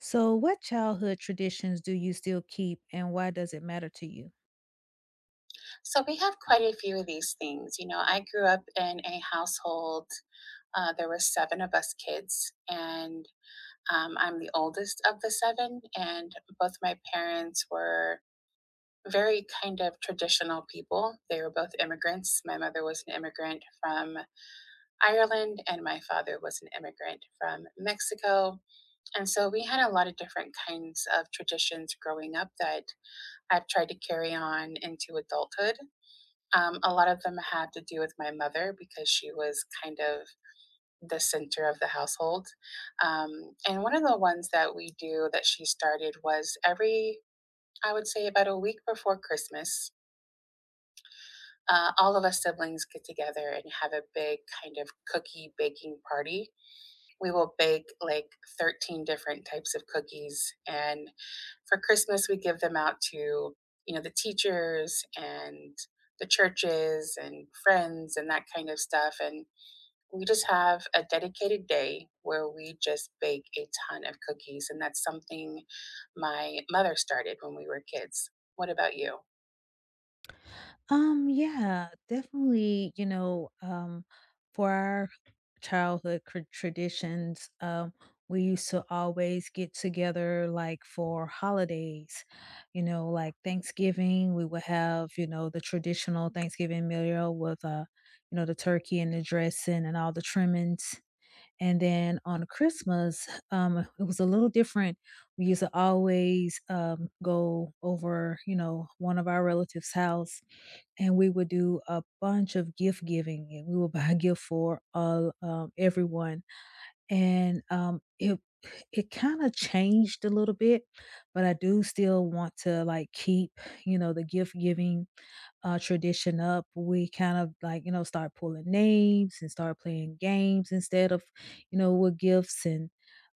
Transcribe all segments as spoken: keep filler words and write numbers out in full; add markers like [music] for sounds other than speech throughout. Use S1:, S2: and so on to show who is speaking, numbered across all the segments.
S1: So, what childhood traditions do you still keep and why does it matter to you?
S2: So we have quite a few of these things. You know, I grew up in a household. Uh, there were seven of us kids, and um, I'm the oldest of the seven. And both my parents were very kind of traditional people. They were both immigrants. My mother was an immigrant from Ireland, and my father was an immigrant from Mexico. And so we had a lot of different kinds of traditions growing up that I've tried to carry on into adulthood. Um, a lot of them had to do with my mother because she was kind of the center of the household. Um, and one of the ones that we do that she started was every, I would say, about a week before Christmas. Uh, all of us siblings get together and have a big kind of cookie baking party. We will bake like thirteen different types of cookies, and for Christmas, we give them out to, you know, the teachers and the churches and friends and that kind of stuff. And we just have a dedicated day where we just bake a ton of cookies. And that's something my mother started when we were kids. What about you?
S1: Um, yeah, definitely, you know, um, for our childhood cr- traditions, um, we used to always get together, like, for holidays, you know, like Thanksgiving. We would have, you know, the traditional Thanksgiving meal with, uh, you know, the turkey and the dressing and all the trimmings. And then on Christmas, um, it was a little different. We used to always, um, go over, you know, one of our relatives' house, and we would do a bunch of gift giving, and we would buy a gift for all um, everyone. And um it it kind of changed a little bit, but I do still want to, like, keep, you know, the gift giving, uh tradition up. We kind of, like, you know, start pulling names and start playing games instead of, you know, with gifts. And,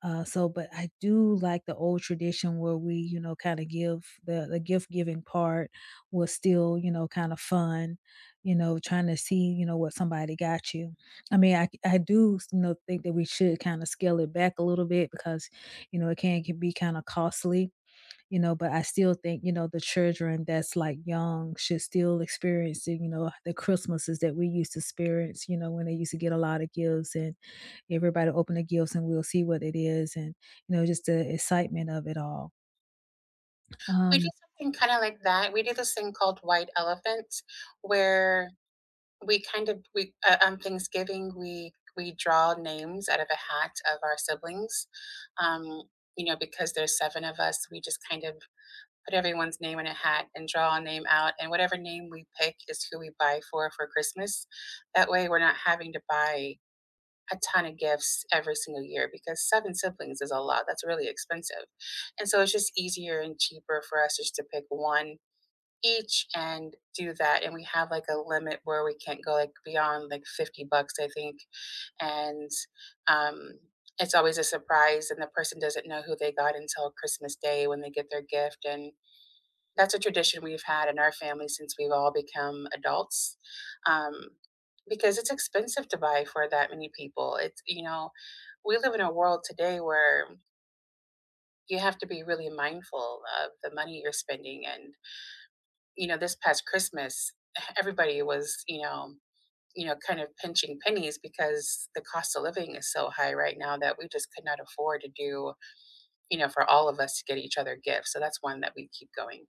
S1: uh so, but I do like the old tradition where we, you know, kind of give the the gift giving part. Was still, you know, kind of fun, you know, trying to see, you know, what somebody got you. I mean, I I do, you know, think that we should kind of scale it back a little bit, because, you know, it can can be kind of costly, you know. But I still think, you know, the children that's, like, young should still experience it, you know, the Christmases that we used to experience, you know, when they used to get a lot of gifts and everybody open the gifts and we'll see what it is, and, you know, just the excitement of it all.
S2: We do
S1: Um,
S2: something kind of like that. We do this thing called White Elephant, where we kind of we uh, on Thanksgiving we we draw names out of a hat of our siblings. Um, you know, because there's seven of us, we just kind of put everyone's name in a hat and draw a name out, and whatever name we pick is who we buy for for Christmas. That way, we're not having to buy a ton of gifts every single year because seven siblings is a lot. That's really expensive, and so it's just easier and cheaper for us just to pick one each and do that. And we have like a limit where we can't go like beyond like fifty bucks, I think. And um, it's always a surprise, and the person doesn't know who they got until Christmas Day when they get their gift. And that's a tradition we've had in our family since we've all become adults. Um, because it's expensive to buy for that many people, it's, you know, we live in a world today where you have to be really mindful of the money you're spending. And you know, this past Christmas, [sighs] everybody was, you know, you know, kind of pinching pennies because the cost of living is so high right now that we just could not afford to do, you know, for all of us to get each other gifts. So that's one that we keep going.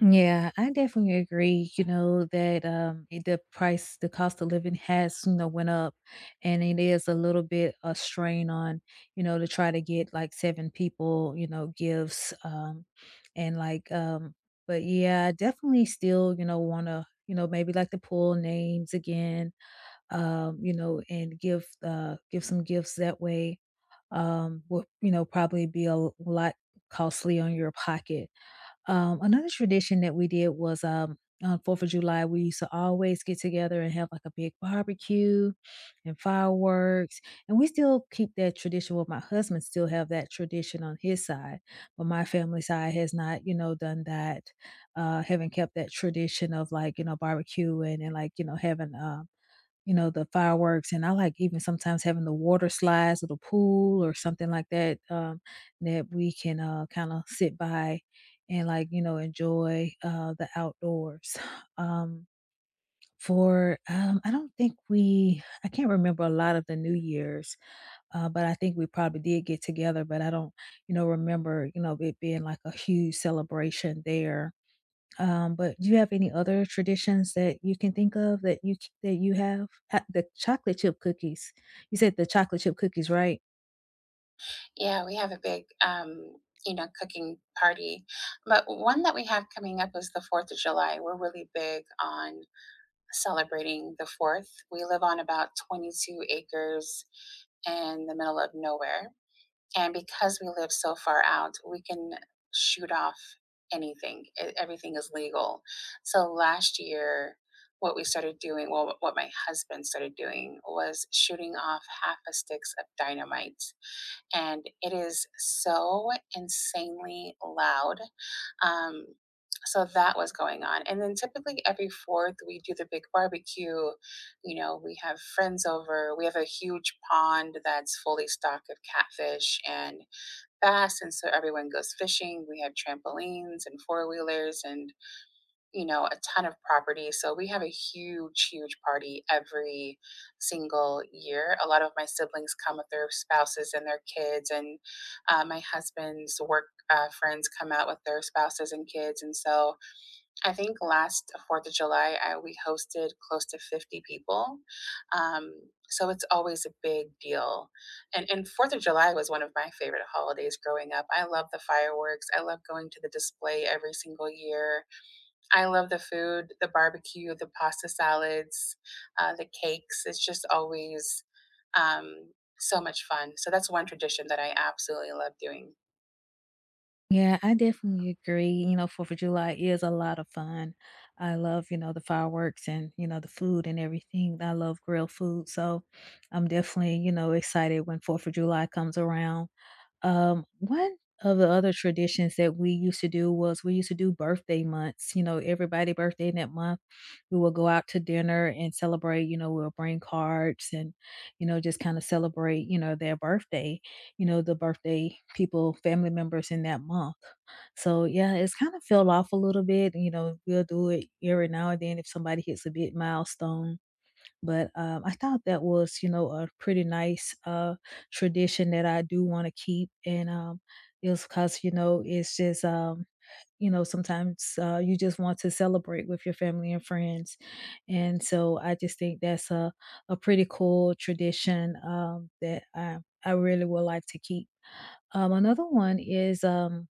S1: Yeah, I definitely agree, you know, that, um it- the price, the cost of living has, you know, went up, and it is a little bit a strain on, you know, to try to get, like, seven people, you know, gifts, um and, like, um but, yeah, I definitely still, you know, want to, you know, maybe, like, to pull names again, um, you know, and give uh give some gifts that way. Um will, you know, probably be a lot costly on your pocket. Um, another tradition that we did was, um, on fourth of July, we used to always get together and have, like, a big barbecue and fireworks, and we still keep that tradition. Well, my husband still have that tradition on his side, but my family side has not, you know, done that, uh, haven't kept that tradition of, like, you know, barbecue and and, like, you know, having, uh you know, the fireworks, and I, like, even sometimes having the water slides or the pool or something like that, um, that we can, uh, kinda sit by and, like, you know, enjoy, uh, the outdoors. [sighs] Um, for, um, I don't think we I can't remember a lot of the New Year's, uh, but I think we probably did get together, but I don't, you know, remember, you know, it being like a huge celebration there. Um, but do you have any other traditions that you can think of that you that you have? Ha The chocolate chip cookies. You said the chocolate chip cookies, right?
S2: Yeah, we have a big um, you know, cooking party. But one that we have coming up is the fourth of July. We're really big on celebrating the fourth. We live on about twenty-two acres in the middle of nowhere. And because we live so far out, we can shoot off anything. E- Everything is legal. So last year, what we started doing, well, what my husband started doing was shooting off half a sticks of dynamite. And it is so insanely loud. Um, so that was going on. And then typically every fourth, we do the big barbecue. You know, we have friends over, we have a huge pond that's fully stocked with catfish and fast, and so everyone goes fishing. We have trampolines and four-wheelers and, you know, a ton of property, so we have a huge huge party every single year. A lot of my siblings come with their spouses and their kids, and uh, my husband's work uh, friends come out with their spouses and kids. And so I think last Fourth of July, I, we hosted close to fifty people, um, so it's always a big deal. And and Fourth of July was one of my favorite holidays growing up. I love the fireworks. I love going to the display every single year. I love the food, the barbecue, the pasta salads, uh, the cakes. It's just always um, so much fun. So that's one tradition that I absolutely love doing.
S1: Yeah, I definitely agree. You know, fourth of July is a lot of fun. I love, you know, the fireworks and, you know, the food and everything. I love grilled food, so I'm definitely, you know, excited when fourth of July comes around. Um, one of the other traditions that we used to do was we used to do birthday months. You know, everybody birthday in that month, we will go out to dinner and celebrate. You know, we'll bring cards and, you know, just kind of celebrate, you know, their birthday, you know, the birthday people, family members in that month. So, yeah, it's kind of fell off a little bit. You know, we'll do it every now and then if somebody hits a big milestone, but, um, I thought that was, you know, a pretty nice, uh, tradition that I do wanna keep, and, um, it was 'cause, you know, it's just, um, you know, sometimes, uh, you just want to celebrate with your family and friends, and so I just think that's a a pretty cool tradition, um, that I I really would like to keep. Um, another one is, um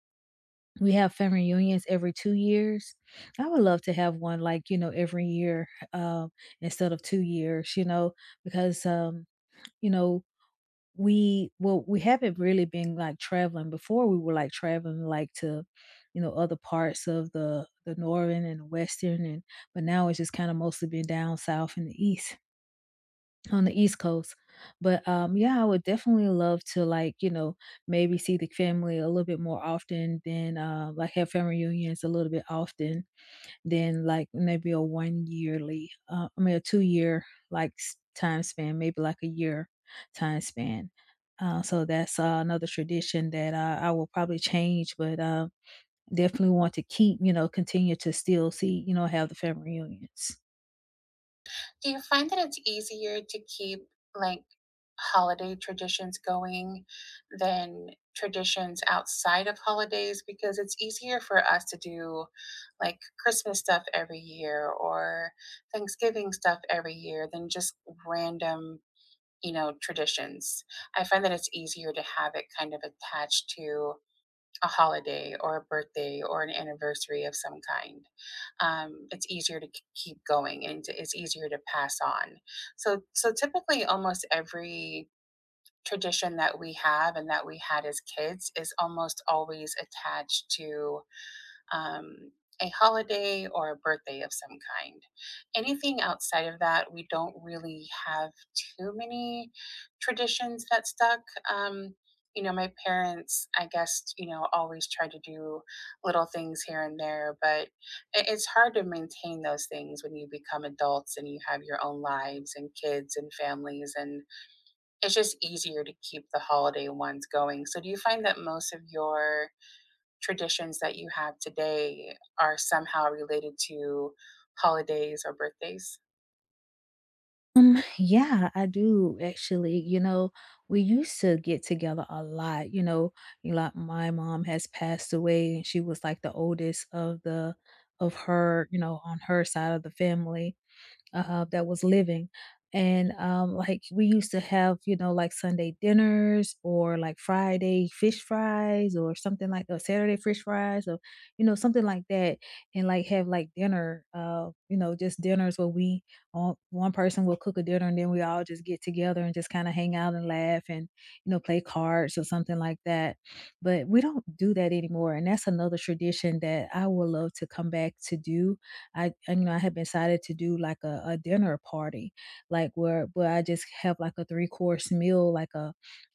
S1: we have family reunions every two years. I would love to have one, like, you know, every year, um, instead of two years, you know, because, um, you know, we well, we haven't really been, like, traveling. Before, we were, like, traveling, like, to, you know, other parts of the the northern and the western, and but now it's just kinda mostly been down south and the east, on the East Coast. But, um, yeah, I would definitely love to, like, you know, maybe see the family a little bit more often than, uh, like, have family reunions a little bit often than, like, maybe a one yearly, uh, I mean, a two year, like, s time span, maybe like a year time span. Uh, so that's, uh, another tradition that, uh, I will probably change, but, uh, definitely want to keep, you know, continue to still see, you know, have the family reunions.
S2: Do you find that it's easier to keep like holiday traditions going than traditions outside of holidays? Because it's easier for us to do like Christmas stuff every year or Thanksgiving stuff every year than just random, you know, traditions. I find that it's easier to have it kind of attached to a holiday or a birthday or an anniversary of some kind. Um, it's easier to k- keep going, and to- it's easier to pass on. So, so typically, almost every tradition that we have and that we had as kids is almost always attached to um, a holiday or a birthday of some kind. Anything outside of that, we don't really have too many traditions that stuck. Um, you know, my parents, I guess, you know, always try to do little things here and there, but i- it's hard to maintain those things when you become adults and you have your own lives and kids and families. And it's just easier to keep the holiday ones going. So, do you find that most of your traditions that you have today are somehow related to holidays or birthdays?
S1: Um, yeah, I do actually. You know, we used to get together a lot. You know, you like, my mom has passed away, and she was, like, the oldest of the of her, you know, on her side of the family, uh, that was living. And, um, like, we used to have, you know, like Sunday dinners or like Friday fish fries or something like, or Saturday fish fries, or, you know, something like that. And, like, have like dinner, uh, you know, just dinners where we all one person will cook a dinner and then we all just get together and just kind of hang out and laugh and, you know, play cards or something like that. But we don't do that anymore. And that's another tradition that I would love to come back to do. I and, you know, I had decided to do like a, a dinner party, like where where I just have like a three course meal, like a,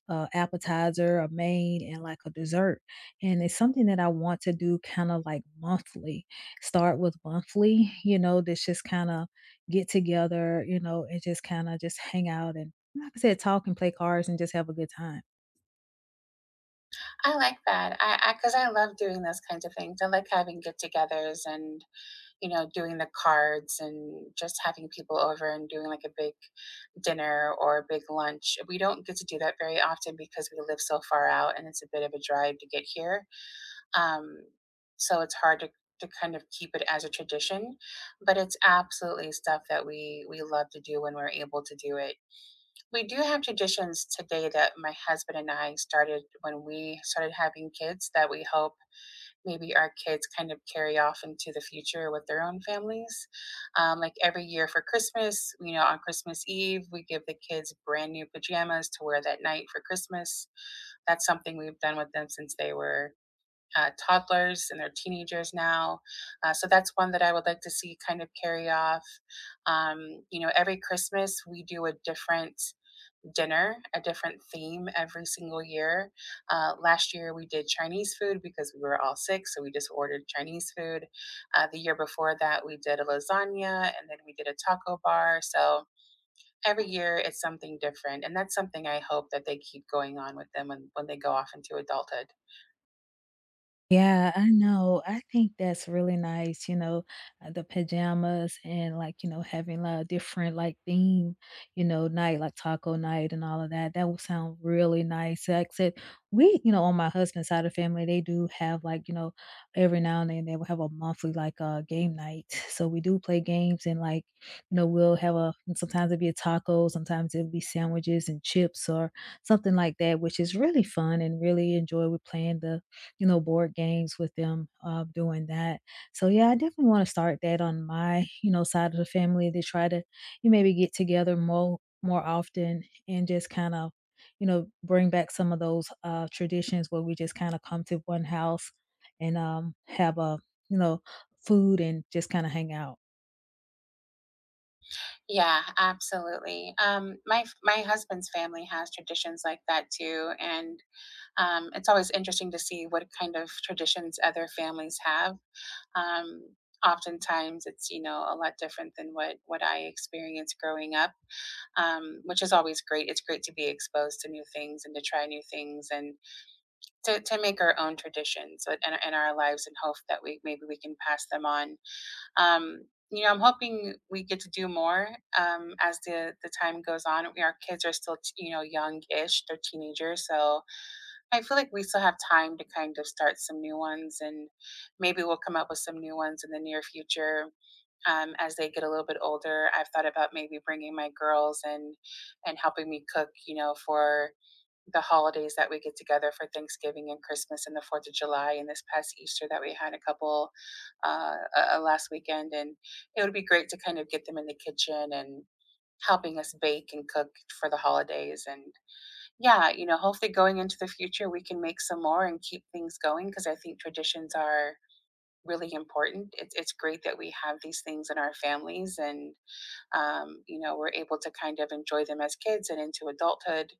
S1: a appetizer, a main, and like a dessert. And it's something that I want to do kind of like monthly. Start with monthly, you know, that's just kind of get together, you know, and just kind of just hang out, and, like I said, talk and play cards and just have a good time.
S2: I like that. I because I, 'cause I love doing those kinds of things. I like having get-togethers and, you know, doing the cards and just having people over and doing like a big dinner or a big lunch. We don't get to do that very often because we live so far out and it's a bit of a drive to get here, um, so it's hard to to kind of keep it as a tradition. But it's absolutely stuff that we we love to do when we're able to do it. We do have traditions today that my husband and I started when we started having kids that we hope maybe our kids kind of carry off into the future with their own families. Um, like every year for Christmas, you know, on Christmas Eve we give the kids brand new pajamas to wear that night for Christmas. That's something we've done with them since they were uh, toddlers, and they're teenagers now. Uh, so that's one that I would like to see kind of carry off. Um, you know, every Christmas we do a different dinner, a different theme every single year. Uh, last year we did Chinese food because we were all sick, so we just ordered Chinese food. Uh, the year before that we did a lasagna, and then we did a taco bar. So every year it's something different, and that's something I hope that they keep going on with them when, when they go off into adulthood.
S1: Yeah, I know. I think that's really nice, you know, uh, the pajamas and, like, you know, having a different, like, theme, you know, night, like taco night and all of that. That would sound really nice. So, like I said, we, you know, on my husband's side of the family, they do have, like, you know, every now and then they will have a monthly, like, uh game night. So we do play games and, like, you know, we'll have a and sometimes it'll be a taco, sometimes it'll be sandwiches and chips or something like that, which is really fun and really enjoy. We're playing the, you know, board games with them, uh, doing that. So, yeah, I definitely wanna start that on my, you know, side of the family to try to you maybe get together more more often and just kind of, you know, bring back some of those, uh, traditions where we just kinda come to one house and, um, have a, you know, food and just kinda hang out.
S2: Yeah, absolutely. Um, my f- my husband's family has traditions like that too, and um, it's always interesting to see what kind of traditions other families have. Um, oftentimes, it's, you know, a lot different than what what I experienced growing up, um, which is always great. It's great to be exposed to new things and to try new things and to to make our own traditions in, in our lives and hope that we maybe we can pass them on. Um, you know, I'm hoping we get to do more um, as the the time goes on. We, our kids are still, you know, young-ish; they're teenagers, so I feel like we still have time to kind of start some new ones, and maybe we'll come up with some new ones in the near future um, as they get a little bit older. I've thought about maybe bringing my girls and and helping me cook, you know, for the holidays that we get together for Thanksgiving and Christmas and the Fourth of July, and this past Easter that we had a couple uh, uh, uh, last weekend. And it would be great to kind of get them in the kitchen and helping us bake and cook for the holidays. And yeah, you know, hopefully going into the future we can make some more and keep things going, because I think traditions are really important. it's, it's great that we have these things in our families, and um, you know, we're able to kind of enjoy them as kids and into adulthood.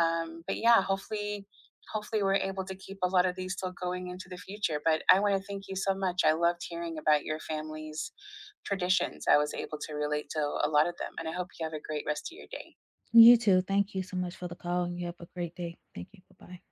S2: Um, but yeah, hopefully, hopefully we're able to keep a lot of these still going into the future. But I want to thank you so much. I loved hearing about your family's traditions. I was able to relate to a lot of them, and I hope you have a great rest of your day.
S1: You too. Thank you so much for the call, and you have a great day. Thank you. Bye-bye.